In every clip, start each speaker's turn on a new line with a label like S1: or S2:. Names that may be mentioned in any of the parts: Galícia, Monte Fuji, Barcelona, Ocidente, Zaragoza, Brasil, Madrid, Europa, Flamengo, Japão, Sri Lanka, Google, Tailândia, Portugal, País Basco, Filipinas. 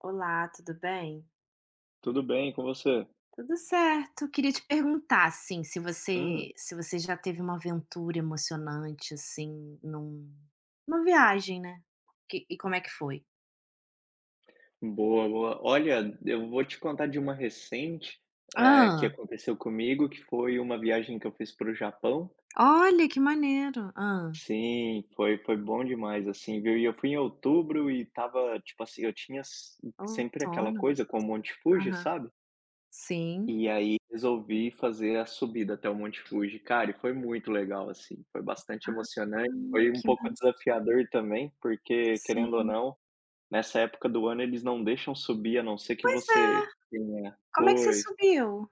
S1: Olá, tudo bem?
S2: Tudo bem com você?
S1: Tudo certo. Queria te perguntar, assim, se
S2: Hum,
S1: você se você já teve uma aventura emocionante, assim, numa viagem, né. Que e como é que foi?
S2: boa, boa. Olha, eu vou te contar de uma recente, que
S1: Ah.
S2: aconteceu comigo, que foi uma viagem que eu fiz para o Japão.
S1: Olha, que maneiro. Ah,
S2: Sim, foi bom demais, assim, viu. E eu fui em outubro e tava tipo assim, eu tinha s sempre aquela
S1: outono.
S2: coisa com o
S1: Gost
S2: Monte Fuji,
S1: Aham.
S2: sabe.
S1: Sim.
S2: E aí resolvi fazer a subida até o Monte Fuji. Cara, e foi muito legal, assim, foi bastante emocionante, foi um
S1: Que
S2: pouco
S1: maneiro.
S2: desafiador também, porque querendo ou
S1: Sim.
S2: não, nessa época do ano eles não deixam subir a não ser que
S1: Pois
S2: você
S1: é.
S2: tenha
S1: Como é que você
S2: pois.
S1: subiu?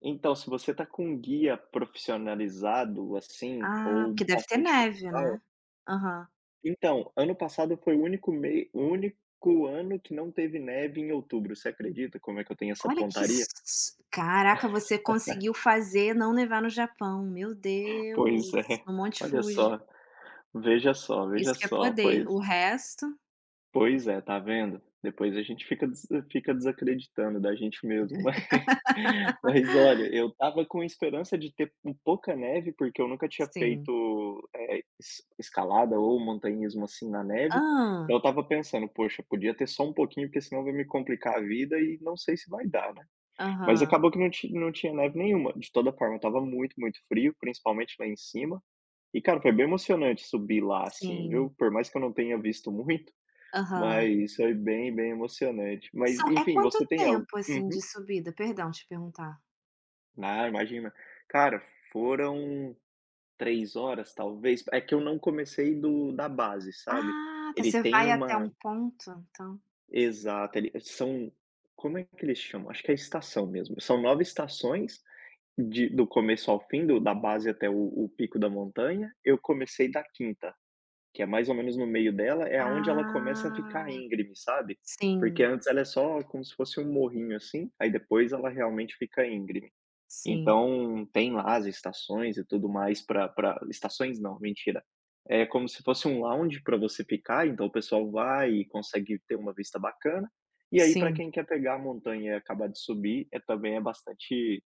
S2: Então, se você tá com um guia profissionalizado, assim,
S1: Ah,
S2: ou
S1: porque deve ter
S2: bastante
S1: neve,
S2: local,
S1: né? Aham.
S2: então, ano passado foi o único mei o único ano que não teve neve em outubro, você acredita como é que eu tenho essa
S1: Olha, que
S2: pontaria?
S1: s caraca, você conseguiu fazer não nevar no Japão, meu
S2: Pois
S1: Deus,
S2: é,
S1: no Monte
S2: olha
S1: Fuji.
S2: só, veja só,
S1: Isso
S2: veja
S1: que é
S2: só,
S1: poder, o
S2: pois
S1: resto,
S2: pois é, tá vendo? Depois a gente fica desacreditando da gente mesmo, mas olha, eu tava com esperança de ter um pouca neve, porque eu nunca tinha
S1: sim.
S2: feito, eh, es escalada ou montanhismo, assim, na neve.
S1: Ah.
S2: Eu tava pensando: "Poxa, podia ter só um pouquinho, porque senão vai me complicar a vida e não sei se vai dar, né". Mas
S1: Aham.
S2: acabou que não tinha neve nenhuma. De toda forma, estava muito, muito frio, principalmente lá em cima. E, cara, foi bem emocionante subir lá, assim,
S1: Sim.
S2: viu. Por mais que eu não tenha visto muito,
S1: Aham.
S2: mas foi bem, bem emocionante. Mas,
S1: São É
S2: enfim,
S1: quanto
S2: você tem algo
S1: tempo, assim,
S2: uhum.
S1: de subida? Perdão te perguntar.
S2: Ah, imagina. Cara, foram 3 horas, talvez. É que eu não comecei do da base, sabe.
S1: Ah, tá,
S2: Ele
S1: você
S2: tem
S1: vai até um
S2: uma
S1: ponto, então?
S2: exata ele são Como é que eles chamam? Acho que é estação mesmo. São 9 estações de do começo ao fim, do da base até o pico da montanha. Eu comecei da quinta. Que é mais ou menos no meio dela, é aonde ela começa a ficar
S1: Ah,
S2: íngreme, sabe. Porque
S1: sim,
S2: antes ela é só como se fosse um morrinho, assim, aí depois ela realmente fica íngreme.
S1: sim,
S2: Então, tem lá as estações e tudo mais para estações não, mentira. É como se fosse um lounge para você ficar, então o pessoal vai e consegue ter uma vista bacana. E aí para
S1: sim.
S2: quem quer pegar a montanha e acabar de subir, é também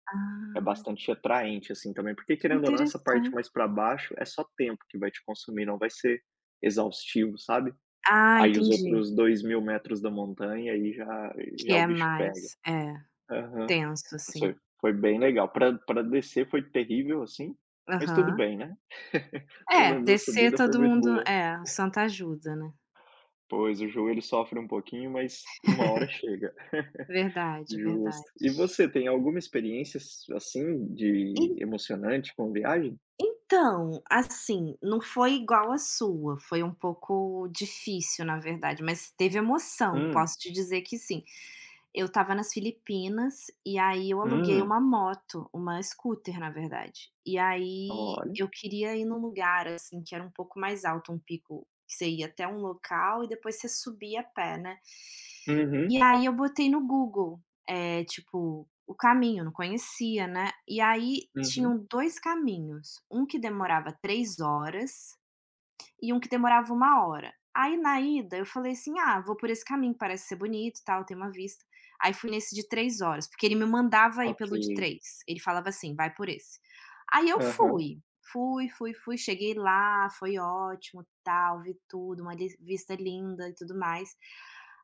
S2: é
S1: Ah,
S2: bastante atraente, assim, também, porque
S1: que
S2: querendo ou não essa parte
S1: interessante.
S2: mais pra baixo é só tempo que vai te consumir, não vai ser exaustivo, sabe.
S1: Ah,
S2: Aí os
S1: entendi.
S2: outros 2000 metros da montanha, aí
S1: Que
S2: já o
S1: é
S2: bicho pega.
S1: mais é,
S2: Aham.
S1: Tenso,
S2: Mas
S1: assim.
S2: foi bem legal. Pra descer foi terrível, assim, mas tudo
S1: Aham.
S2: bem, né. Pelo
S1: É,
S2: menos a
S1: descer
S2: subida foi
S1: todo
S2: muito
S1: mundo
S2: boa.
S1: é, o santo ajuda, né.
S2: Pois, o joelho sofre um pouquinho, mas uma hora chega.
S1: Verdade, verdade.
S2: Justo. E você, tem alguma experiência s assim de
S1: En
S2: emocionante com viagem?
S1: Então, assim, não foi igual a sua, foi um pouco difícil, na verdade, mas teve emoção,
S2: Hum,
S1: posso te dizer que sim. Eu estava nas Filipinas, e aí eu aluguei uma
S2: hum.
S1: moto, uma scooter, na verdade. E aí
S2: Olha.
S1: eu queria ir num lugar, assim, que era um pouco mais alto, um pico que você ia até um local e depois você subia a pé, né.
S2: Uhum,
S1: E aí eu botei no Google, tipo, o caminho, não conhecia, né. E aí
S2: uhum.
S1: tinham 2 caminhos, um que demorava 3 horas e um que demorava 1 hora. Aí na ida eu falei assim: "Ah, vou por esse caminho, parece ser bonito, tal, tem uma vista". Aí fui nesse de 3 horas, porque ele me mandava ir
S2: Ok.
S1: pelo de três, ele falava assim: "Vai por esse". Aí eu
S2: Aham.
S1: fui, fui, fui, fui, cheguei lá, foi ótimo, tal, vi tudo, uma li vista linda e tudo mais.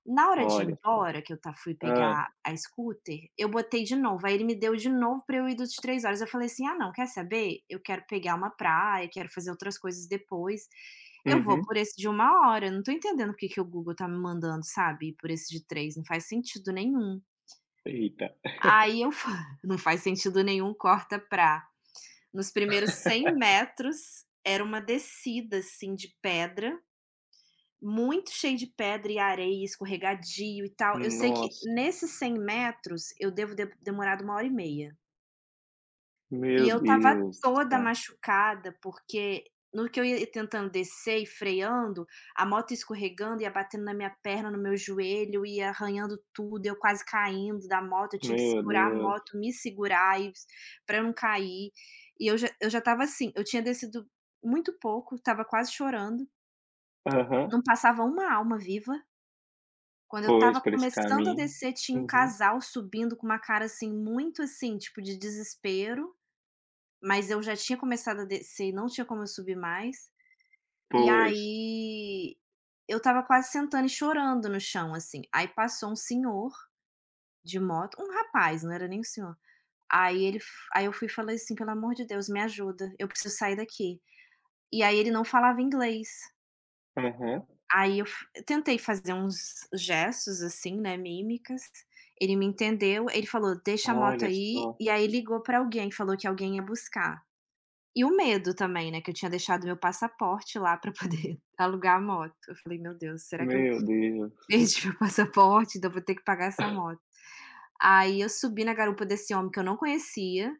S1: Na hora de ir
S2: Olha só.
S1: embora, que eu fui pegar
S2: Hã.
S1: a scooter, eu botei de novo, aí ele me deu de novo para eu ir do de 3 horas, eu falei assim: "Ah não, quer saber? Eu quero pegar uma praia, quero fazer outras coisas depois". Eu vou
S2: Uhum.
S1: por esse de 1 hora, eu não tô entendendo porque que o Google tá me mandando, sabe, por esse de 3 não faz sentido nenhum.
S2: Eita.
S1: Aí eu fa Não faz sentido nenhum, corta pra nos primeiros 100 metros, era uma descida, assim, de pedra, muito cheio de pedra e areia, escorregadio e tal. Eu sei que
S2: Nossa,
S1: nesses 100 metros eu devo de demorado 1 hora e meia. E
S2: meu
S1: eu estava
S2: Deus do
S1: toda
S2: céu.
S1: machucada, porque no que eu ia tentando descer e freando, a moto escorregando, ia batendo na minha perna, no meu joelho, ia arranhando tudo, eu quase caindo da moto, eu tinha que
S2: Meu
S1: segurar a
S2: Deus.
S1: moto, me segurar e pra eu não cair. E eu já estava assim, eu tinha descido muito pouco, estava quase chorando,
S2: Aham.
S1: não passava uma alma viva. Quando eu
S2: Pois,
S1: estava
S2: por esse
S1: começando a
S2: caminho.
S1: descer, tinha um
S2: Uhum.
S1: casal subindo com uma cara, assim, muito, assim, tipo de desespero. Mas eu já tinha começado a descer e não tinha como eu subir mais, e
S2: Pois.
S1: aí eu estava quase sentando e chorando no chão, assim. Aí passou um senhor de moto, um rapaz, não era nem um senhor. Aí ele f Aí eu fui e falei assim: "Pelo amor de Deus, me ajuda, eu preciso sair daqui". E aí ele não falava inglês.
S2: Aham.
S1: Aí eu tentei fazer uns gestos, assim, né, mímicas, ele me entendeu, ele falou: "Deixa a moto
S2: Olha
S1: aí",
S2: só.
S1: e aí ligou pra alguém, falou que alguém ia buscar. E o medo também, né, que eu tinha deixado meu passaporte lá pra poder alugar a moto. Eu falei: "Meu Deus, será que eu
S2: Meu Deus.
S1: perdi meu passaporte? Então eu vou ter que pagar essa moto". Aí eu subi na garupa desse homem que eu não conhecia,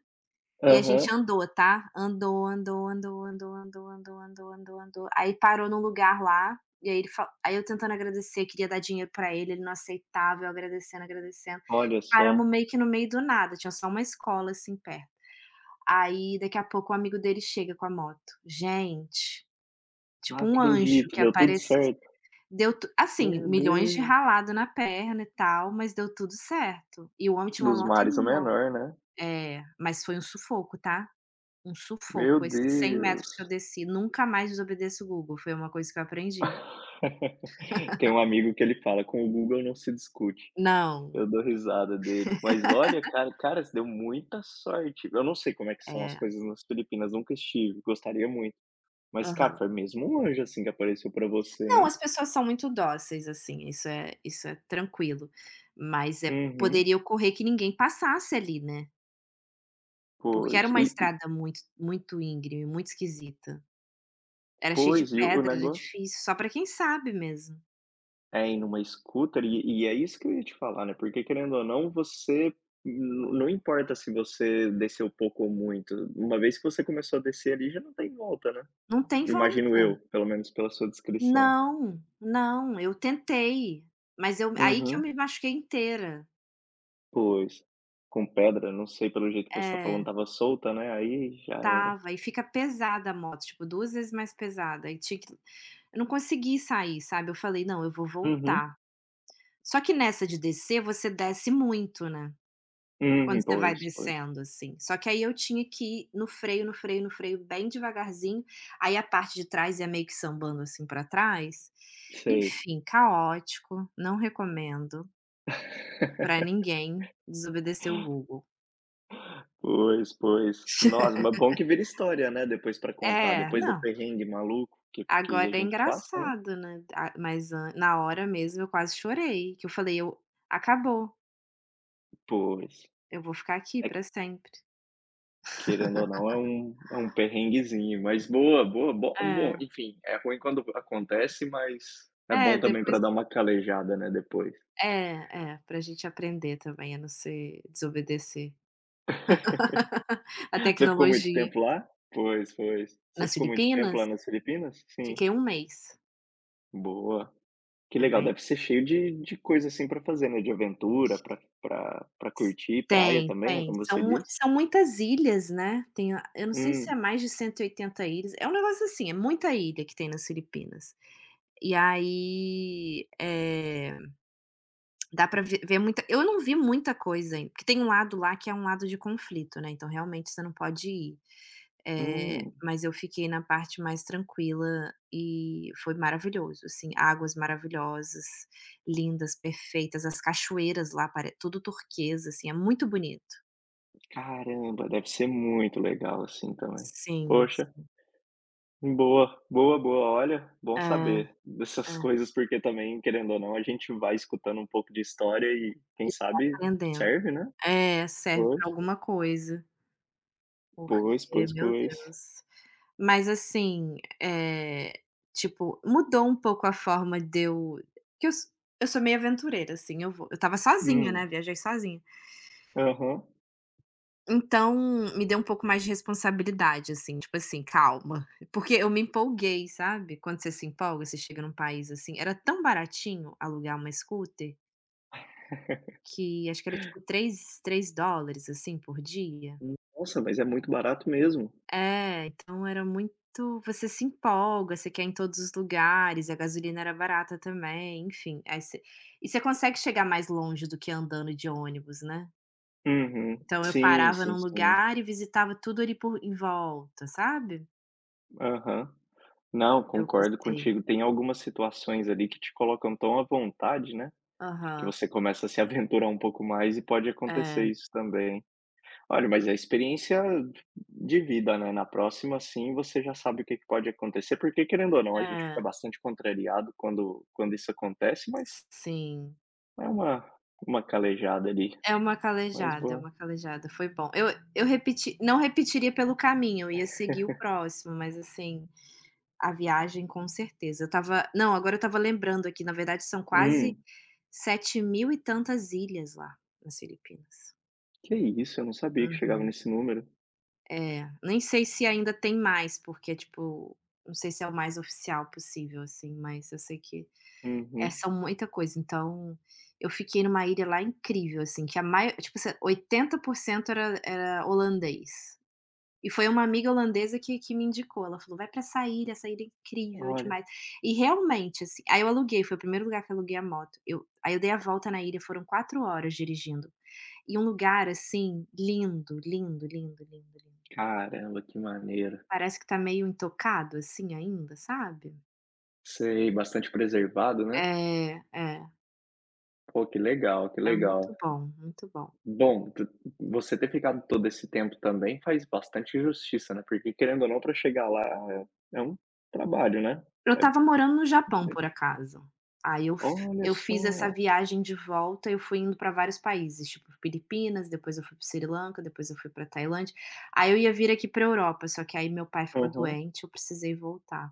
S1: e a gente
S2: Aham.
S1: andou, tá, andou, andou, andou, andou, andou, andou, andou, andou, andou, aí parou num lugar lá, e aí ele fa aí eu tentando agradecer, queria dar dinheiro pra ele, ele não aceitava, eu agradecendo, agradecendo.
S2: Olha só.
S1: Paramos meio que no meio do nada, tinha só uma escola, assim, perto. Aí daqui a pouco o amigo dele chega com a moto. Gente,
S2: Não
S1: tipo um anjo
S2: acredito,
S1: que
S2: deu tudo
S1: aparece,
S2: certo.
S1: deu tu assim,
S2: Meu
S1: milhões de
S2: Deus.
S1: ralado na perna e tal, mas deu tudo certo. E o homem tinha uma
S2: Dos
S1: moto
S2: males o
S1: enorme.
S2: menor, né.
S1: É, mas foi um sufoco, tá? Um
S2: Meu
S1: sufoco. Esses 100 metros que eu
S2: Deus.
S1: desci, nunca mais desobedeço o Google, foi uma coisa que eu aprendi.
S2: Tem um amigo que ele fala: "Com o Google não se discute".
S1: Não,
S2: Eu dou risada dele. Mas olha, cara, você deu muita sorte. Eu não sei como é que são as
S1: é,
S2: coisas nas Filipinas, nunca estive, gostaria muito. Mas, cara,
S1: aham.
S2: foi mesmo um anjo, assim, que apareceu pra você,
S1: Não,
S2: hein.
S1: as pessoas são muito dóceis, assim, isso é tranquilo, mas,
S2: Uhum.
S1: poderia ocorrer que ninguém passasse ali, né? Porque
S2: Pois.
S1: era uma estrada muito muito íngreme, muito esquisita. Era cheio de
S2: Pois, e o
S1: pedra, era
S2: negócio
S1: difícil, só para quem sabe mesmo.
S2: é ir numa scooter é isso que eu ia te falar, né, porque querendo ou não, você não importa se você desceu pouco ou muito, uma vez que você começou a descer ali, já não tem volta, né.
S1: Não tem
S2: Imagino
S1: volta.
S2: eu, pelo menos pela sua descrição.
S1: Não, não, eu tentei, mas eu aí que eu
S2: Uhum.
S1: me machuquei inteira.
S2: Pois. Com pedra, não sei, pelo jeito que você tá falando,
S1: É,
S2: estava solta, né, aí já era.
S1: estava, e fica pesada a moto, tipo, 2 vezes mais pesada, e tinha que eu não consegui sair, sabe. Eu falei: "Não, eu vou
S2: Uhum.
S1: voltar". Só que nessa de descer, você desce muito, né. Quando
S2: Uhum.
S1: você vai
S2: Pois, pois.
S1: descendo, assim. Só que aí eu tinha que ir no freio, no freio, no freio, bem devagarzinho, aí a parte de trás ia meio que sambando, assim, pra trás.
S2: Sei.
S1: Enfim, caótico, não recomendo pra ninguém desobedecer o Google.
S2: Pois, pois. Nossa, mas bom que vira história, né, depois pra contar,
S1: É,
S2: depois do
S1: não.
S2: perrengue maluco que
S1: Agora
S2: a
S1: é
S2: gente passa, né.
S1: engraçado, né, a mas an na hora mesmo eu quase chorei, que eu falei: "Eu acabou,
S2: Pois.
S1: eu vou ficar aqui
S2: É,
S1: pra sempre".
S2: querendo ou não, é um perrenguezinho, mas boa, boa, bo bom,
S1: É.
S2: enfim, é ruim quando acontece, mas é
S1: É,
S2: bom também
S1: depois,
S2: pra dar uma calejada, né, depois.
S1: pra gente aprender também a não ser desobedecer. A
S2: Você ficou muito
S1: tecnologia.
S2: tempo lá? Pois, pois. Você
S1: Nas
S2: ficou muito tempo lá
S1: Filipinas?
S2: nas Filipinas? Sim.
S1: Fiquei um mês.
S2: Boa. Que
S1: É
S2: legal,
S1: bem
S2: deve ser cheio de coisa, assim, pra fazer, né, de aventura, pra curtir, praia
S1: Tem,
S2: também, né,
S1: tem.
S2: como você
S1: São mu
S2: disse.
S1: são muitas ilhas, né, tem a eu não sei se é
S2: Hum,
S1: mais de 180 ilhas, é um negócio assim, é muita ilha que tem nas Filipinas. E aí, dá pra ve ver muita, eu não vi muita coisa ainda porque tem um lado lá que é um lado de conflito, né, então realmente você não pode ir.
S2: hum.
S1: Mas eu fiquei na parte mais tranquila e foi maravilhoso, assim, águas maravilhosas, lindas, perfeitas, as cachoeiras lá pare tudo turquesa, assim, é muito bonito.
S2: Caramba, deve ser muito legal, assim, também.
S1: Sim,
S2: Poxa,
S1: sim.
S2: boa, boa, boa. Olha, bom
S1: É,
S2: saber dessas
S1: é.
S2: coisas, porque também, querendo ou não, a gente vai escutando um pouco de história e quem
S1: E vai
S2: sabe
S1: aprendendo.
S2: serve, né.
S1: É, serve pra
S2: Pois.
S1: alguma coisa.
S2: Pois,
S1: Porque,
S2: pois,
S1: meu
S2: pois.
S1: Deus. Mas assim, eh, tipo, mudou um pouco a forma de que eu s eu sou meio aventureira, assim, eu estava sozinha, né,
S2: Hum.
S1: viajei sozinha.
S2: Aham.
S1: Então, me deu um pouco mais de responsabilidade, assim, tipo assim: "Calma", porque eu me empolguei, sabe? Quando você se empolga, você chega num país, assim era tão baratinho alugar uma scooter, que acho que era tipo três dólares assim, por dia.
S2: Nossa, mas é muito barato mesmo.
S1: É, então era muito você se empolga, você quer ir em todos os lugares, a gasolina era barata também, enfim. Aí você E você consegue chegar mais longe do que andando de ônibus, né.
S2: Uhum.
S1: Então eu
S2: Sim,
S1: parava
S2: sim,
S1: num
S2: sim.
S1: lugar e visitava tudo ali por em volta, sabe.
S2: Aham. Não,
S1: Eu
S2: concordo
S1: gostei.
S2: contigo. Tem algumas situações ali que te colocam tão à vontade, né, que
S1: Aham.
S2: você começa a se aventurar um pouco mais e pode acontecer
S1: É,
S2: isso também. Olha, mas é experiência de vida, né, na próxima sim, você já sabe o que que pode acontecer, porque querendo ou não, a gente fica
S1: é.
S2: bastante contrariado quando isso acontece, mas
S1: Sim.
S2: é uma uma calejada ali, mas
S1: É
S2: boa.
S1: uma calejada, foi bom. Eu repeti não repetiria pelo caminho, eu ia seguir o próximo, mas assim a viagem, com certeza. Eu estava Não, agora eu estava lembrando aqui, na verdade são quase
S2: Hum,
S1: 7 mil e tantas ilhas lá, nas Filipinas.
S2: que isso, eu não sabia que chegava
S1: Uhum.
S2: nesse número.
S1: É, nem sei se ainda tem mais, porque, tipo, não sei se é o mais oficial possível, assim, mas eu sei que,
S2: Uhum.
S1: são muita coisa. Então, eu fiquei numa ilha lá incrível, assim, que a mai tipo assim, 80% era holandês. E foi uma amiga holandesa que me indicou, ela falou: "Vai pra essa ilha é incrível
S2: Olha,
S1: demais". E realmente, assim aí eu aluguei, foi o primeiro lugar que eu aluguei a moto. Eu aí eu dei a volta na ilha, foram 4 horas dirigindo. E um lugar, assim, lindo, lindo, lindo, lindo, lindo.
S2: caramba, que maneiro.
S1: Parece que tá meio intocado, assim, ainda, sabe.
S2: Sei, bastante preservado, né.
S1: É, é.
S2: Pô, que legal, que
S1: É
S2: legal.
S1: muito bom, muito bom.
S2: Bom, tu você ter ficado todo esse tempo também faz bastante justiça, né, porque querendo ou não para chegar lá é um trabalho, né.
S1: Eu
S2: É
S1: estava morando no Japão, por
S2: é
S1: acaso. Aí
S2: olha
S1: eu fiz essa
S2: só.
S1: viagem de volta, eu fui indo para vários países, tipo Filipinas, depois eu fui para Sri Lanka, depois eu fui para Tailândia. Aí eu ia vir aqui pra Europa, só que aí meu pai ficou
S2: Aham.
S1: doente, eu precisei voltar,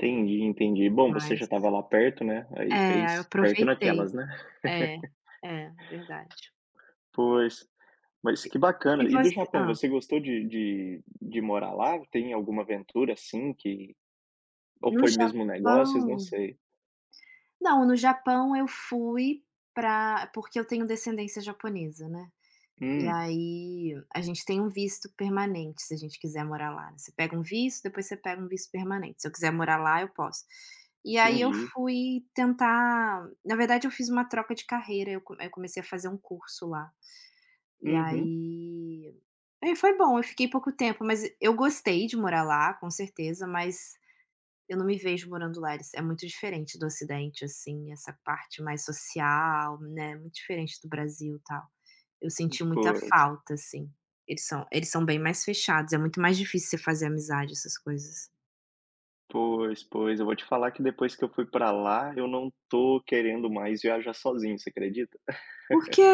S2: Entendi, entendi. Bom, você já
S1: mas
S2: estava lá perto, né, aí
S1: é, aí eu
S2: fez perto
S1: aproveitei.
S2: naquelas, né.
S1: É, é, é verdade.
S2: Pois. Mas que
S1: E
S2: bacana. E do
S1: você
S2: Japão,
S1: Ah,
S2: você gostou de morar lá? Tem alguma aventura, assim, que ou
S1: no
S2: foi mesmo negócios? Não
S1: Japão
S2: sei.
S1: não, no Japão eu fui para porque eu tenho descendência japonesa, né. E
S2: Hum,
S1: aí, a gente tem um visto permanente, se a gente quiser morar lá, né, você pega um visto, depois você pega um visto permanente, se eu quiser morar lá, eu posso. E aí eu
S2: entendi.
S1: fui tentar na verdade eu fiz uma troca de carreira, eu comecei a fazer um curso lá. E
S2: Uhum.
S1: aí aí foi bom, eu fiquei pouco tempo, mas eu gostei de morar lá, com certeza, mas eu não me vejo morando lá, eles é muito diferente do Ocidente, assim, essa parte mais social, né, muito diferente do Brasil, e tal. Eu senti muita
S2: Pois,
S1: falta, assim. Eles são bem mais fechados, é muito mais difícil você fazer amizade, essas coisas.
S2: pois, pois. Eu vou te falar que depois que eu fui pra lá, eu não tô querendo mais viajar sozinho, você acredita?
S1: Por quê?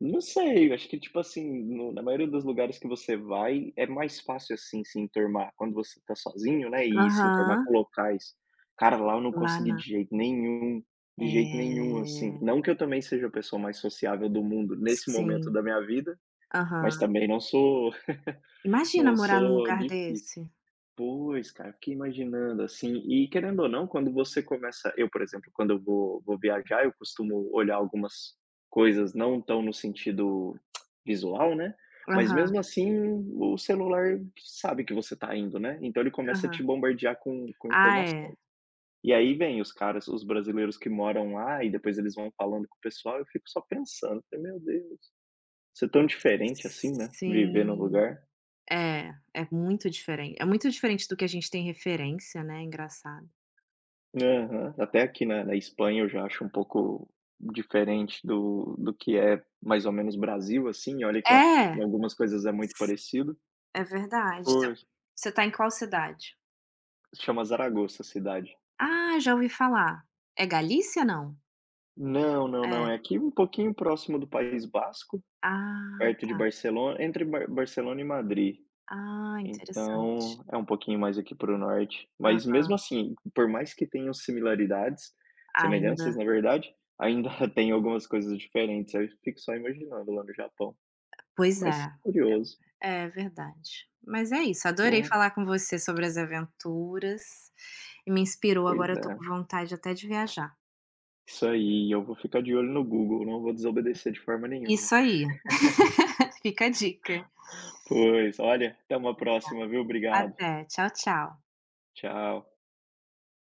S2: Não sei, eu acho que, tipo assim, no na maioria dos lugares que você vai, é mais fácil, assim, se enturmar quando você tá sozinho, né, e se enturmar
S1: Aham.
S2: com locais. Cara, lá eu não
S1: Lá
S2: consegui
S1: na
S2: de
S1: É,
S2: jeito nenhum, assim. Não que eu também seja a pessoa mais sociável do mundo nesse momento
S1: sim.
S2: da minha vida, mas
S1: Aham.
S2: também não sou
S1: Imagina
S2: não
S1: morar num
S2: sou
S1: lugar
S2: difícil.
S1: desse.
S2: Pois, cara, fiquei imaginando, assim, e querendo ou não, quando você começa eu, por exemplo, quando eu vou viajar, eu costumo olhar algumas coisas não tão no sentido visual, né, mas
S1: Aham,
S2: mesmo assim o celular sabe que você tá indo, né, então ele começa a
S1: aham.
S2: te bombardear com
S1: Ah,
S2: informações.
S1: é.
S2: E aí vem os caras, os brasileiros que moram lá e depois eles vão falando com o pessoal, eu fico só pensando, falei: "Meu Deus, ser tão diferente assim, né, viver no
S1: Sim.
S2: lugar".
S1: É, é muito diferente, do que a gente tem referência, né, engraçado.
S2: Aham. Até aqui na Espanha eu já acho um pouco diferente do que é mais ou menos Brasil, assim, olha que eu acho que em
S1: É,
S2: algumas coisas é muito parecido.
S1: é verdade. Você
S2: Pois.
S1: você tá em qual cidade?
S2: Se chama Zaragoza a cidade.
S1: Ah, já ouvi falar. É Galícia, não?
S2: Não, não, não,
S1: É.
S2: é aqui um pouquinho próximo do País Basco,
S1: Ah,
S2: perto de
S1: tá.
S2: Barcelona, entre Barcelona e Madrid.
S1: Ah, interessante.
S2: Então, é um pouquinho mais aqui para o norte, mas
S1: Aham,
S2: mesmo assim, por mais que tenham similaridades,
S1: ainda.
S2: semelhanças na verdade, ainda tem algumas coisas diferentes, eu fico só imaginando lá no Japão.
S1: Pois
S2: Mas
S1: é,
S2: curioso.
S1: é verdade. Mas é isso, adorei
S2: Boa.
S1: falar com você sobre as aventuras e me inspirou,
S2: Pois
S1: agora eu tô
S2: é,
S1: com vontade até de viajar.
S2: isso aí, eu vou ficar de olho no Google, não vou desobedecer de forma nenhuma.
S1: Isso aí. Fica a dica.
S2: Pois, olha, até uma próxima, viu. Obrigado.
S1: Até, tchau, tchau.
S2: Tchau.